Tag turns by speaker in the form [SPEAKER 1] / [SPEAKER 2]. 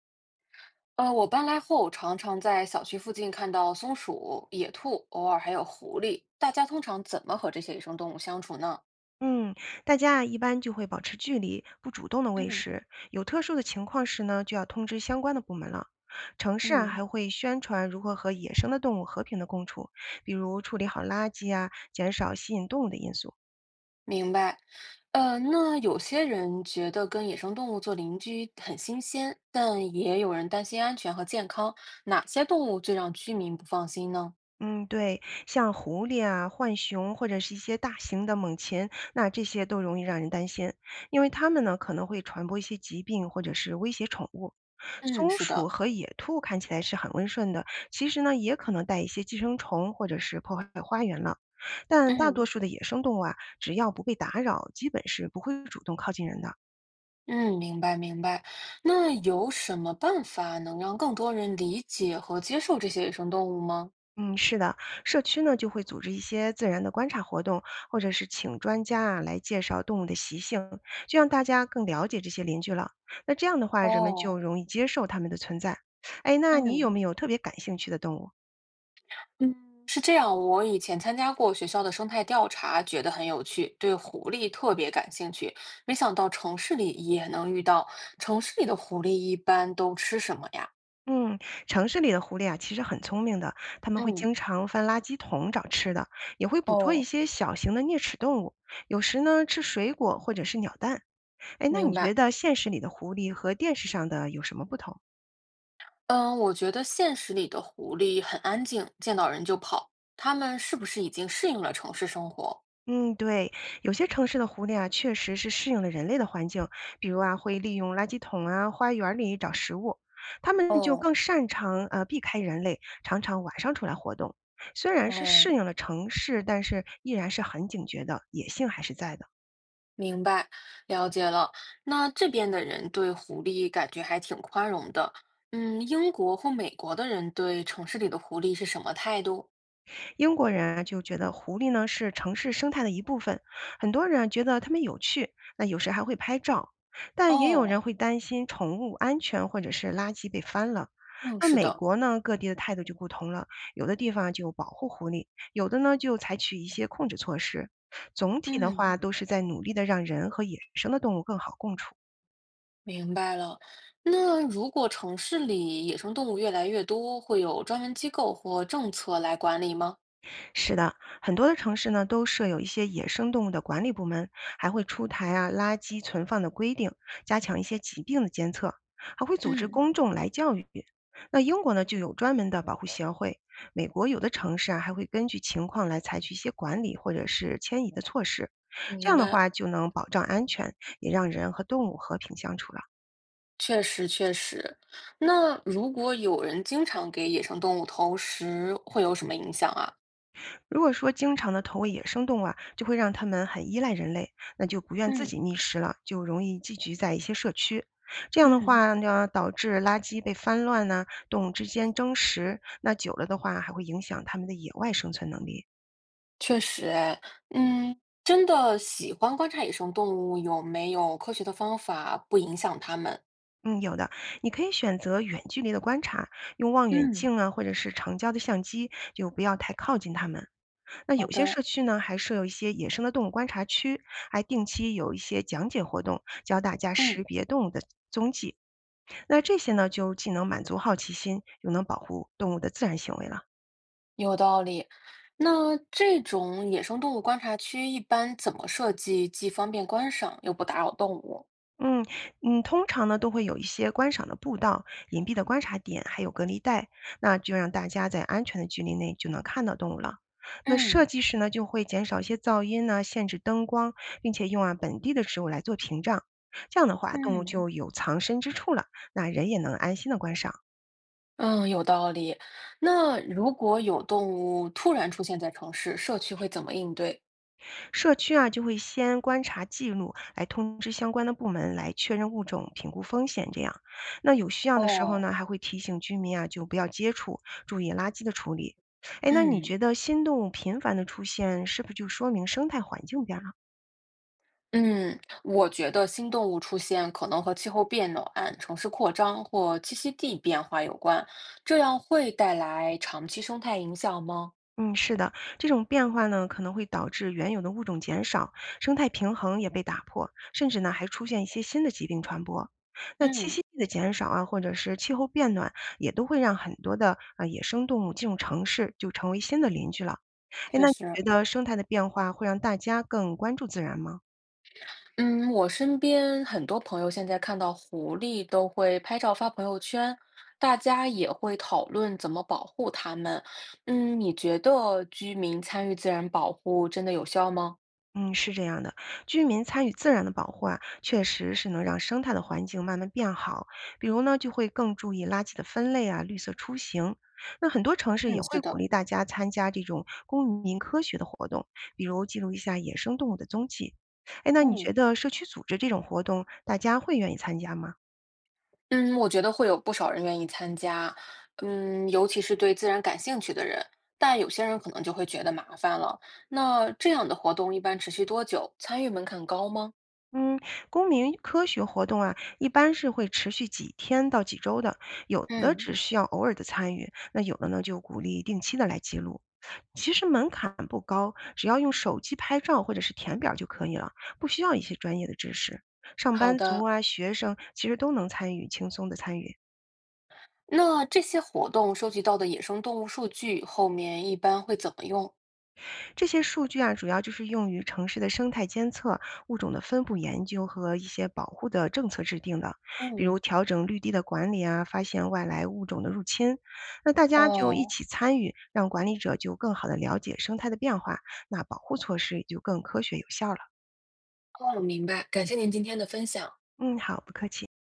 [SPEAKER 1] 我搬来后，常常在小区附近看到松鼠、野兔，偶尔还有狐狸。大家通常怎么和这些野生动物相处呢？
[SPEAKER 2] 嗯，大家啊一般就会保持距离，不主动的喂
[SPEAKER 1] 嗯，
[SPEAKER 2] 食。有特殊的情况时呢，就要通知相关的部门了。城市啊
[SPEAKER 1] 嗯，
[SPEAKER 2] 还会宣传如何和野生的动物和平的共处，比如处理好垃圾啊，减少吸引动物的因素。
[SPEAKER 1] 明白。那有些人觉得跟野生动物做邻居很新鲜，但也有人担心安全和健康。哪些动物最让居民不放心呢？
[SPEAKER 2] 嗯，对，像狐狸啊、浣熊或者是一些大型的猛禽，那这些都容易让人担心，因为它们呢可能会传播一些疾病或者是威胁宠物。
[SPEAKER 1] 嗯，
[SPEAKER 2] 松
[SPEAKER 1] 是
[SPEAKER 2] 鼠
[SPEAKER 1] 的，
[SPEAKER 2] 和野兔看起来是很温顺的，其实呢也可能带一些寄生虫或者是破坏花园了。但大多
[SPEAKER 1] 嗯
[SPEAKER 2] 数的野生动物啊，只要不被打扰，基本是不会主动靠近人的。
[SPEAKER 1] 嗯，明白明白。那有什么办法能让更多人理解和接受这些野生动物吗？
[SPEAKER 2] 嗯，是的，社区呢就会组织一些自然的观察活动，或者是请专家啊来介绍动物的习性，就让大家更了解这些邻居了。那这样的话，人们就
[SPEAKER 1] 哦，
[SPEAKER 2] 容易接受它们的存在。哎，那你有
[SPEAKER 1] 嗯。
[SPEAKER 2] 没有特别感兴趣的动物？
[SPEAKER 1] 嗯，是这样，我以前参加过学校的生态调查，觉得很有趣，对狐狸特别感兴趣。没想到城市里也能遇到，城市里的狐狸一般都吃什么呀？
[SPEAKER 2] 嗯，城市里的狐狸啊，其实很聪明的，它们会
[SPEAKER 1] 嗯
[SPEAKER 2] 经常翻垃圾桶找吃的，也会捕捉一
[SPEAKER 1] 哦，
[SPEAKER 2] 些小型的啮齿动物，有时呢吃水果或者是鸟蛋。哎，那
[SPEAKER 1] 明
[SPEAKER 2] 你觉
[SPEAKER 1] 白。
[SPEAKER 2] 得现实里的狐狸和电视上的有什么不同？
[SPEAKER 1] 嗯，我觉得现实里的狐狸很安静，见到人就跑，它们是不是已经适应了城市生活？
[SPEAKER 2] 嗯，对，有些城市的狐狸啊，确实是适应了人类的环境，比如啊，会利用垃圾桶啊、花园里找食物，它们就更
[SPEAKER 1] 哦
[SPEAKER 2] 擅长避开人类，常常晚上出来活动。虽然是适
[SPEAKER 1] 哦，
[SPEAKER 2] 应了城市，但是依然是很警觉的，野性还是在的。
[SPEAKER 1] 明白，了解了。那这边的人对狐狸感觉还挺宽容的。嗯，英国或美国的人对城市里的狐狸是什么态度？
[SPEAKER 2] 英国人啊就觉得狐狸呢是城市生态的一部分，很多人啊觉得它们有趣，那有时还会拍照，但也有人
[SPEAKER 1] 哦，
[SPEAKER 2] 会担心宠物安全或者是垃圾被翻了。
[SPEAKER 1] 嗯，
[SPEAKER 2] 那
[SPEAKER 1] 是
[SPEAKER 2] 美
[SPEAKER 1] 的，
[SPEAKER 2] 国呢，各地的态度就不同了，有的地方啊就保护狐狸，有的呢就采取一些控制措施。总体的
[SPEAKER 1] 嗯，
[SPEAKER 2] 话，都是在努力的让人和野生的动物更好共处。
[SPEAKER 1] 明白了。那如果城市里野生动物越来越多，会有专门机构或政策来管理吗？
[SPEAKER 2] 是的，很多的城市呢都设有一些野生动物的管理部门，还会出台啊垃圾存放的规定，加强一些疾病的监测，还会组织
[SPEAKER 1] 嗯，
[SPEAKER 2] 公众来教育。那英国呢就有专门的保护协会，美国有的城市啊还会根据情况来采取一些管理或者是迁移的措施，这
[SPEAKER 1] 明
[SPEAKER 2] 样的
[SPEAKER 1] 白，
[SPEAKER 2] 话就能保障安全，也让人和动物和平相处了。
[SPEAKER 1] 确实确实。那如果有人经常给野生动物投食，会有什么影响啊？
[SPEAKER 2] 如果说经常的投喂野生动物啊，就会让它们很依赖人类，那就不愿自
[SPEAKER 1] 嗯
[SPEAKER 2] 己觅食了，就容易聚居在一些社区。这样的
[SPEAKER 1] 嗯。
[SPEAKER 2] 话呢，导致垃圾被翻乱呢，动物之间争食，那久了的话还会影响它们的野外生存能力。
[SPEAKER 1] 确实哎，嗯，真的喜欢观察野生动物，有没有科学的方法不影响它们？
[SPEAKER 2] 嗯，有的，你可以选择远距离的观察，用望远
[SPEAKER 1] 嗯，
[SPEAKER 2] 镜啊，或者是长焦的相机，就不要太靠近它们。那
[SPEAKER 1] 好
[SPEAKER 2] 有些
[SPEAKER 1] 的，
[SPEAKER 2] 社区呢，还设有一些野生的动物观察区，还定期有一些讲解活动，教大家识
[SPEAKER 1] 嗯，
[SPEAKER 2] 别动物的踪迹。那这些呢，就既能满足好奇心，又能保护动物的自然行为了。
[SPEAKER 1] 有道理。那这种野生动物观察区一般怎么设计，既方便观赏又不打扰动物？
[SPEAKER 2] 嗯嗯，通常呢都会有一些观赏的步道、隐蔽的观察点，还有隔离带，那就让大家在安全的距离内就能看到动物了。那设
[SPEAKER 1] 嗯
[SPEAKER 2] 计时呢，就会减少一些噪音呢、限制灯光，并且用啊本地的植物来做屏障。这样的话，动物
[SPEAKER 1] 嗯，
[SPEAKER 2] 就有藏身之处了，那人也能安心的观赏。
[SPEAKER 1] 嗯，有道理。那如果有动物突然出现在城市，社区会怎么应对？
[SPEAKER 2] 社区啊就会先观察记录，来通知相关的部门来确认物种、评估风险。这样，那有需要的时候
[SPEAKER 1] 哦，
[SPEAKER 2] 呢，还会提醒居民啊就不要接触，注意垃圾的处理。哎，那你
[SPEAKER 1] 嗯。
[SPEAKER 2] 觉得新动物频繁的出现，是不是就说明生态环境变了？
[SPEAKER 1] 嗯，我觉得新动物出现可能和气候变暖、城市扩张或栖息地变化有关，这样会带来长期生态影响吗？
[SPEAKER 2] 嗯，是的，这种变化呢，可能会导致原有的物种减少，生态平衡也被打破，甚至呢还出现一些新的疾病传播。那栖
[SPEAKER 1] 嗯，
[SPEAKER 2] 息地的减少啊，或者是气候变暖，也都会让很多的野生动物进入城市，就成为新的邻居了。哎，
[SPEAKER 1] 确
[SPEAKER 2] 那你
[SPEAKER 1] 实，
[SPEAKER 2] 觉得生态的变化会让大家更关注自然吗？
[SPEAKER 1] 嗯，我身边很多朋友现在看到狐狸都会拍照发朋友圈，大家也会讨论怎么保护它们。嗯，你觉得居民参与自然保护真的有效吗？
[SPEAKER 2] 嗯，是这样的，居民参与自然的保护啊，确实是能让生态的环境慢慢变好。比如呢，就会更注意垃圾的分类啊，绿色出行。那很多城市也
[SPEAKER 1] 嗯，
[SPEAKER 2] 会
[SPEAKER 1] 是
[SPEAKER 2] 鼓
[SPEAKER 1] 的，
[SPEAKER 2] 励大家参加这种公民科学的活动，比如记录一下野生动物的踪迹。哎，那你觉
[SPEAKER 1] 嗯。
[SPEAKER 2] 得社区组织这种活动，大家会愿意参加吗？
[SPEAKER 1] 嗯，我觉得会有不少人愿意参加，嗯，尤其是对自然感兴趣的人，但有些人可能就会觉得麻烦了。那这样的活动一般持续多久？参与门槛高吗？
[SPEAKER 2] 嗯，公民科学活动啊，一般是会持续几天到几周的，有的
[SPEAKER 1] 嗯，
[SPEAKER 2] 只需要偶尔的参与，那有的呢就鼓励定期的来记录。其实门槛不高，只要用手机拍照或者是填表就可以了，不需要一些专业的知识。上
[SPEAKER 1] 好
[SPEAKER 2] 班族
[SPEAKER 1] 的。
[SPEAKER 2] 啊，学生其实都能参与，轻松的参与。
[SPEAKER 1] 那这些活动收集到的野生动物数据后面一般会怎么用？
[SPEAKER 2] 这些数据啊，主要就是用于城市的生态监测、物种的分布研究和一些保护的政策制定的，比如
[SPEAKER 1] 嗯，
[SPEAKER 2] 调整绿地的管理啊，发现外来物种的入侵。那大家就一
[SPEAKER 1] 哦，
[SPEAKER 2] 起参与，让管理者就更好的了解生态的变化，那保护措施也就更科学有效了。
[SPEAKER 1] 哦，明白。感谢您今天的分享。
[SPEAKER 2] 嗯，好，不客气。